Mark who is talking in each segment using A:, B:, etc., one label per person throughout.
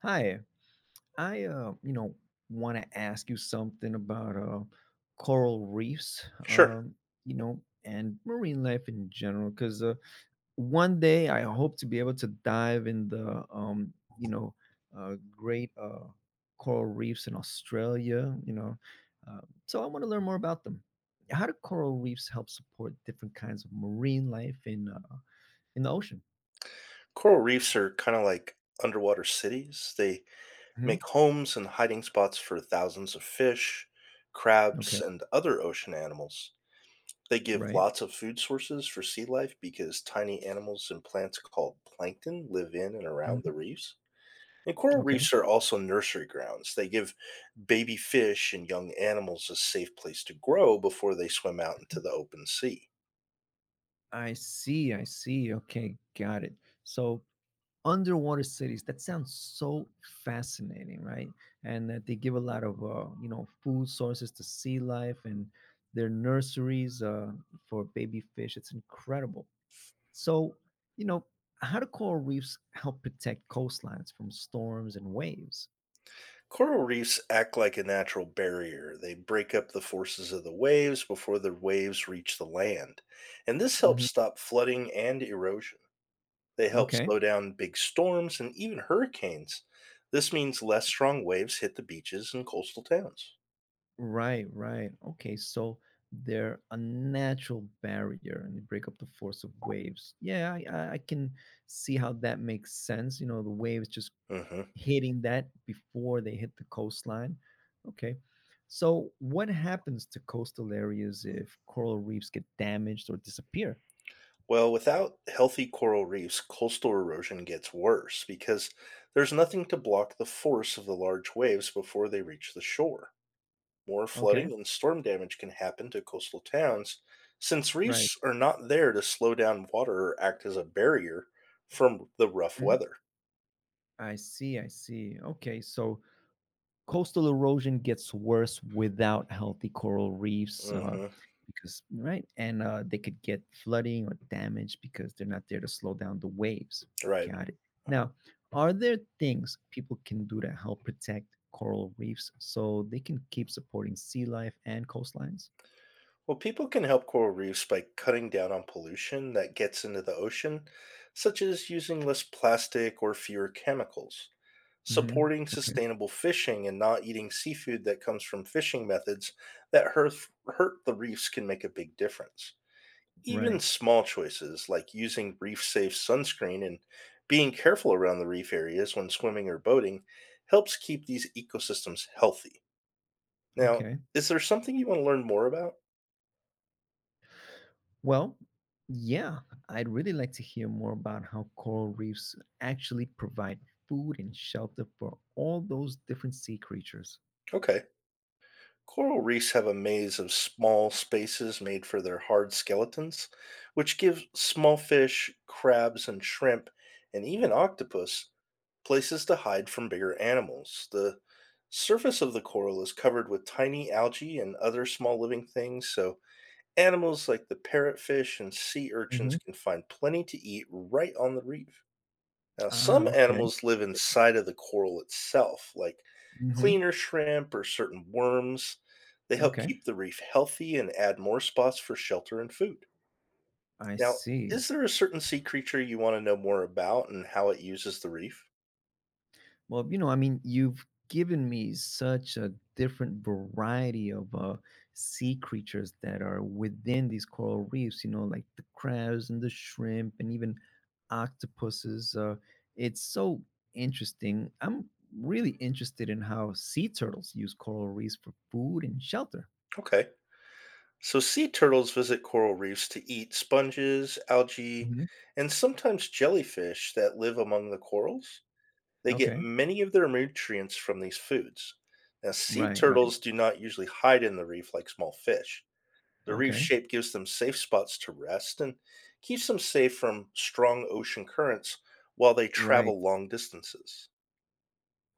A: Hi, I want to ask you something about coral reefs,
B: Sure.
A: um, and marine life in general cuz one day I hope to be able to dive in the great coral reefs in Australia, Uh, so I want to learn more about them. How do coral reefs help support different kinds of marine life in the ocean?
B: Coral reefs are kind of like underwater cities. They make
A: Mhm.
B: homes and hiding spots for thousands of fish,
A: Okay,
B: crabs, and other ocean animals. They give
A: right.
B: lots of food sources for sea life because tiny animals and plants called plankton live in and around
A: Mhm.
B: the reefs. And coral
A: Okay.
B: reefs are also nursery grounds. They give baby fish and young animals a safe place to grow before they swim out into the open sea.
A: I see, I see. Okay, got it. So underwater cities, that sounds so fascinating, right? And that they give a lot of food sources to sea life and their nurseries for baby fish. It's incredible. So, you know, how do coral reefs help protect coastlines from storms and waves?
B: Coral reefs act like a natural barrier. They break up the forces of the waves before the waves reach the land. And this
A: Hmm.
B: helps stop flooding and erosion. They help
A: Okay.
B: slow down big storms and even hurricanes. This means less strong waves hit the beaches and coastal towns.
A: Right, right. Okay, so they're a natural barrier and they break up the force of waves. Yeah, I can see how that makes sense. You know, the waves just
B: Hmm.
A: hitting that before they hit the coastline. Okay. So, what happens to coastal areas if coral reefs get damaged or disappear?
B: Well, without healthy coral reefs, coastal erosion gets worse because there's nothing to block the force of the large waves before they reach the shore. More
A: Okay,
B: flooding and storm damage can happen to coastal towns since reefs
A: right.
B: are not there to slow down water or act as a barrier from the rough
A: Mhm.
B: weather.
A: I see, I see. Okay, so coastal erosion gets worse without healthy coral reefs
B: Hmm.
A: because right and they could get flooding or damage because they're not there to slow down the waves.
B: Right.
A: Got it. Now, are there things people can do to help protect coral reefs so they can keep supporting sea life and coastlines?
B: Well, people can help coral reefs by cutting down on pollution that gets into the ocean, such as using less plastic or fewer chemicals,
A: Hmm.
B: supporting
A: Okay.
B: sustainable fishing and not eating seafood that comes from fishing methods that hurt the reefs can make a big difference. Even
A: Right.
B: small choices like using reef safe sunscreen and being careful around the reef areas when swimming or boating helps keep these ecosystems healthy. Now,
A: Okay.
B: is there something you want to learn more about?
A: Well, yeah, I'd really like to hear more about how coral reefs actually provide food and shelter for all those different sea creatures.
B: Okay. Coral reefs have a maze of small spaces made for their hard skeletons, which give small fish, crabs, and shrimp, and even octopus, places to hide from bigger animals. The surface of the coral is covered with tiny algae and other small living things, so animals like the parrotfish and sea urchins
A: Mhm.
B: can find plenty to eat right on the reef. Now,
A: Ah,
B: some
A: okay.
B: animals live
A: So
B: inside of the coral itself, like
A: mhm,
B: cleaner shrimp or certain worms. They help
A: okay,
B: keep the reef healthy and add more spots for shelter and food.
A: I
B: Now,
A: see.
B: is there a certain sea creature you want to know more about and how it uses the reef?
A: Well, you've given me such a different variety of, sea creatures that are within these coral reefs, you know, like the crabs and the shrimp and even octopuses, it's so interesting. I'm really interested in how sea turtles use coral reefs for food and shelter.
B: Okay. So, sea turtles visit coral reefs to eat sponges, algae,
A: Mhm,
B: and sometimes jellyfish that live among the corals. They get
A: okay.
B: many of their nutrients from these foods. Now, sea
A: Right, right,
B: turtles do not usually hide in the reef like small fish. The reef
A: okay.
B: shape gives them safe spots to rest and keeps them safe from strong ocean currents while they
A: Right.
B: travel long distances.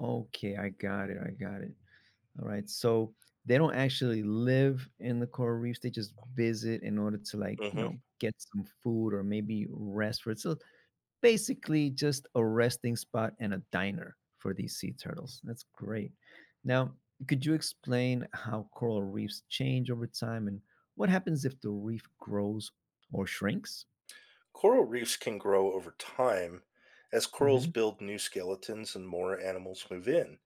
A: Okay, I got it, I got it. All right. So they don't actually live in the coral reefs. They just visit in order to like, you
B: Hmm.
A: know, get some food or maybe rest for it. So basically just a resting spot and a diner for these sea turtles. That's great. Now, could you explain how coral reefs change over time and what happens if the reef grows or shrinks?
B: Coral reefs can grow over time as
A: Hmm.
B: corals build new skeletons and more animals move in.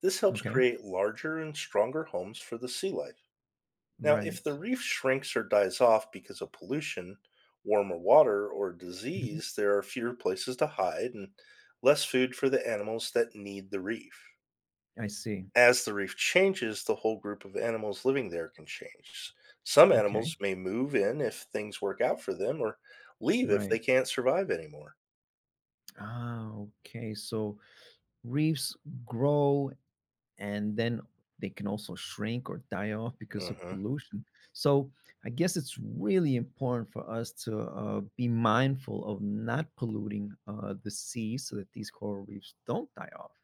B: This helps
A: Okay.
B: create larger and stronger homes for the sea life. Now, if
A: Right.
B: the reef shrinks or dies off because of pollution, warmer water, or
A: Hmm.
B: disease, there are fewer places to hide and less food for the animals that need the reef.
A: I see.
B: As the reef changes, the whole group of animals living there can change. Some
A: Okay.
B: animals may move in if things work out for them or leave if they
A: Right.
B: can't survive anymore.
A: Ah, okay. So reefs grow and then they can also shrink or die off because of
B: Mhm.
A: pollution. So I guess it's really important for us to be mindful of not polluting the sea so that these coral reefs don't die off.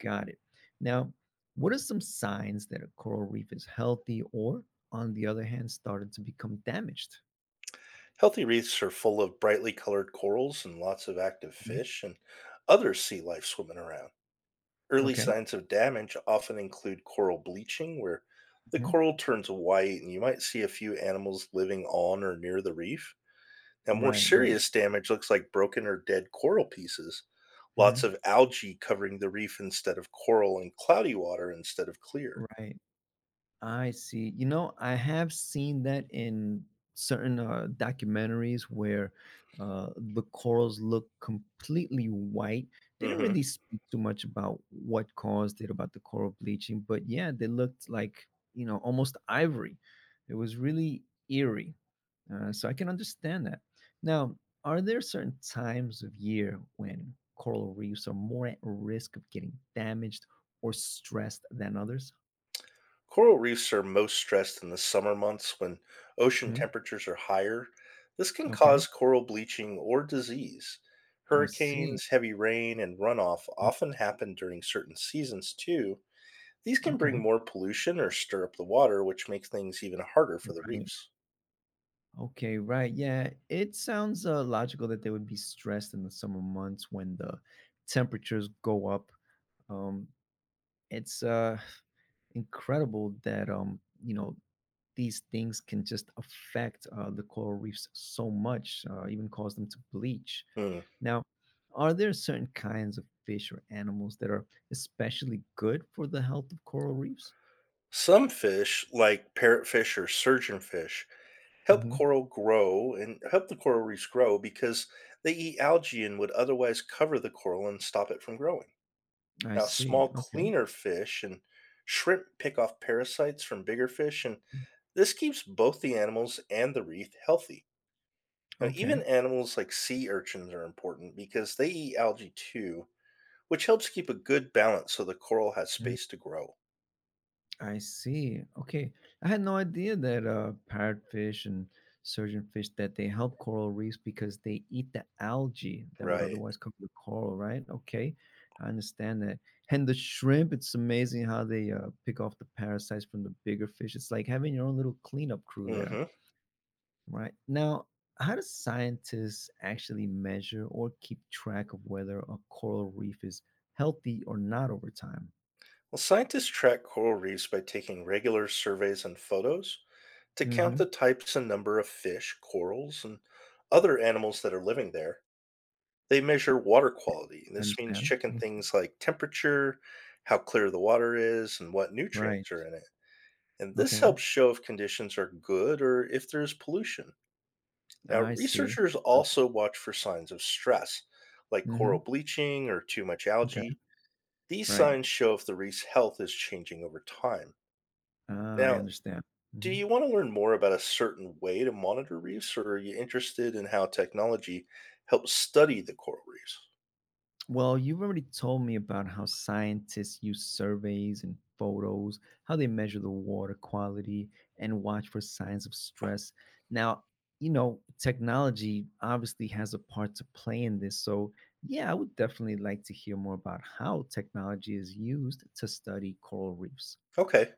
A: Got it. Now, what are some signs that a coral reef is healthy or, on the other hand, started to become damaged?
B: Healthy reefs are full of brightly colored corals and lots of active
A: Mhm.
B: fish and other sea life swimming around. Early
A: Okay.
B: signs of damage often include coral bleaching, where the
A: Mhm.
B: coral turns white and you might see a few animals living on or near the reef. Now, more
A: Right, right.
B: serious damage looks like broken or dead coral pieces, lots
A: Mhm.
B: of algae covering the reef instead of coral, and cloudy water instead of clear.
A: Right. I see. You know, I have seen that in certain documentaries where the corals look completely white. They didn't
B: Hmm.
A: really speak too much about what caused it, about the coral bleaching, but yeah, they looked like, you know, almost ivory. It was really eerie. So I can understand that. Now, are there certain times of year when coral reefs are more at risk of getting damaged or stressed than others?
B: Coral reefs are most stressed in the summer months when ocean
A: Hmm,
B: temperatures are higher. This can
A: okay.
B: cause coral bleaching or disease.
A: I see.
B: Hurricanes, heavy rain, and runoff
A: Mm,
B: often happen during certain seasons too. These can bring
A: okay,
B: more pollution or stir up the water, which makes things even harder for the
A: right?
B: reefs.
A: Okay, right. Yeah, it sounds logical that they would be stressed in the summer months when the temperatures go up. Um, it's incredible that these things can just affect the coral reefs so much, even cause them to bleach.
B: Hmm.
A: Now, are there certain kinds of fish or animals that are especially good for the health of coral reefs?
B: Some fish, like parrotfish or surgeonfish, help
A: Hmm.
B: coral grow and help the coral reefs grow because they eat algae and would otherwise cover the coral and stop it from growing.
A: I
B: Now,
A: see.
B: small,
A: Okay.
B: cleaner fish and shrimp pick off parasites from bigger fish, and
A: Mm,
B: this keeps both the animals and the reef healthy. Now,
A: okay.
B: even animals like sea urchins are important because they eat algae too, which helps keep a good balance so the coral has
A: Mm-hmm.
B: space to grow.
A: I see. Okay. I had no idea that parrotfish and surgeonfish that they help coral reefs because they eat the algae that would
B: Right.
A: otherwise cover the coral, right? Okay. I understand that. And the shrimp, it's amazing how they pick off the parasites from the bigger fish. It's like having your own little cleanup crew
B: Hmm.
A: there,
B: Well,
A: right? Now, how do scientists actually measure or keep track of whether a coral reef is healthy or not over time?
B: scientists track coral reefs by taking regular surveys and photos to count
A: Hmm.
B: the types and number of fish, corals, and other animals that are living there. They measure water quality,
A: I
B: this means
A: understand.
B: checking
A: Mm.
B: things like temperature, how clear the water is, and what
A: Right.
B: nutrients are in it. And this
A: Okay.
B: helps show if conditions are good or if there's pollution. Now,
A: I see.
B: researchers also watch for signs of stress, like coral
A: Mhm.
B: bleaching or too much
A: Okay.
B: algae. These
A: Right.
B: signs show if the reef's health is changing over time.
A: Ah, I
B: Now,
A: understand.
B: do
A: Mhm.
B: you want to learn more about a certain way to monitor reefs, or are you interested in how technology helps study the coral reefs?
A: Well, you've already told me about how scientists use surveys and photos, how they measure the water quality and watch for signs of stress. Now, you know, technology obviously has a part to play in this. So, yeah, I would definitely like to hear more about how technology is used to study coral reefs.
B: Okay.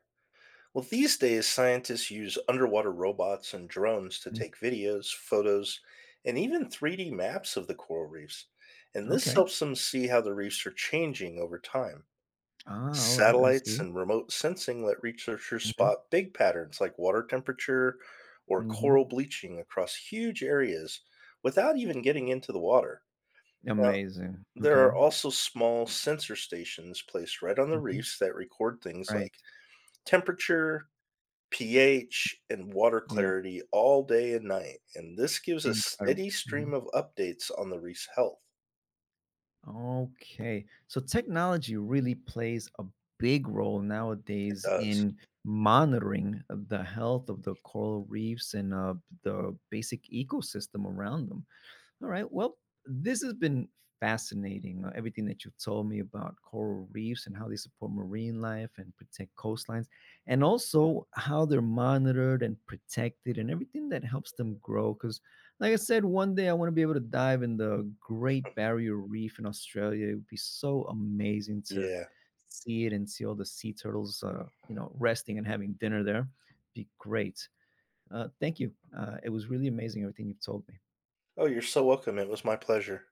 B: Well, these days, scientists use underwater robots and drones to
A: Mm,
B: take videos, photos, and even 3D maps of the coral reefs. And this
A: okay.
B: helps them see how the reefs are changing over time.
A: Ah, all right. I
B: Satellites
A: see.
B: and remote sensing let researchers
A: Hmm.
B: spot big patterns like water temperature or
A: Hmm.
B: coral bleaching across huge areas without even getting into the water. Now,
A: Amazing.
B: there
A: Okay.
B: are also small sensor stations placed right on the
A: Mhm.
B: reefs that record things
A: Right.
B: like temperature, pH, and water
A: Yeah.
B: clarity all day and night. And this gives a
A: Incredible.
B: steady
A: Mhm.
B: stream of updates on the reef's health.
A: Okay. So technology really plays a big role
B: It
A: nowadays
B: does.
A: in monitoring the health of the coral reefs and the basic ecosystem around them. All right. Well, this has been fascinating. Everything that you've told me about coral reefs and how they support marine life and protect coastlines, and also how they're monitored and protected and everything that helps them grow. Because, like I said, one day I want to be able to dive in the Great Barrier Reef in Australia. It would be so amazing to
B: Yeah.
A: see it and see all the sea turtles, you know, resting and having dinner there. Be great. Thank you. It was really amazing everything you've told me.
B: Oh, you're so welcome. It was my pleasure.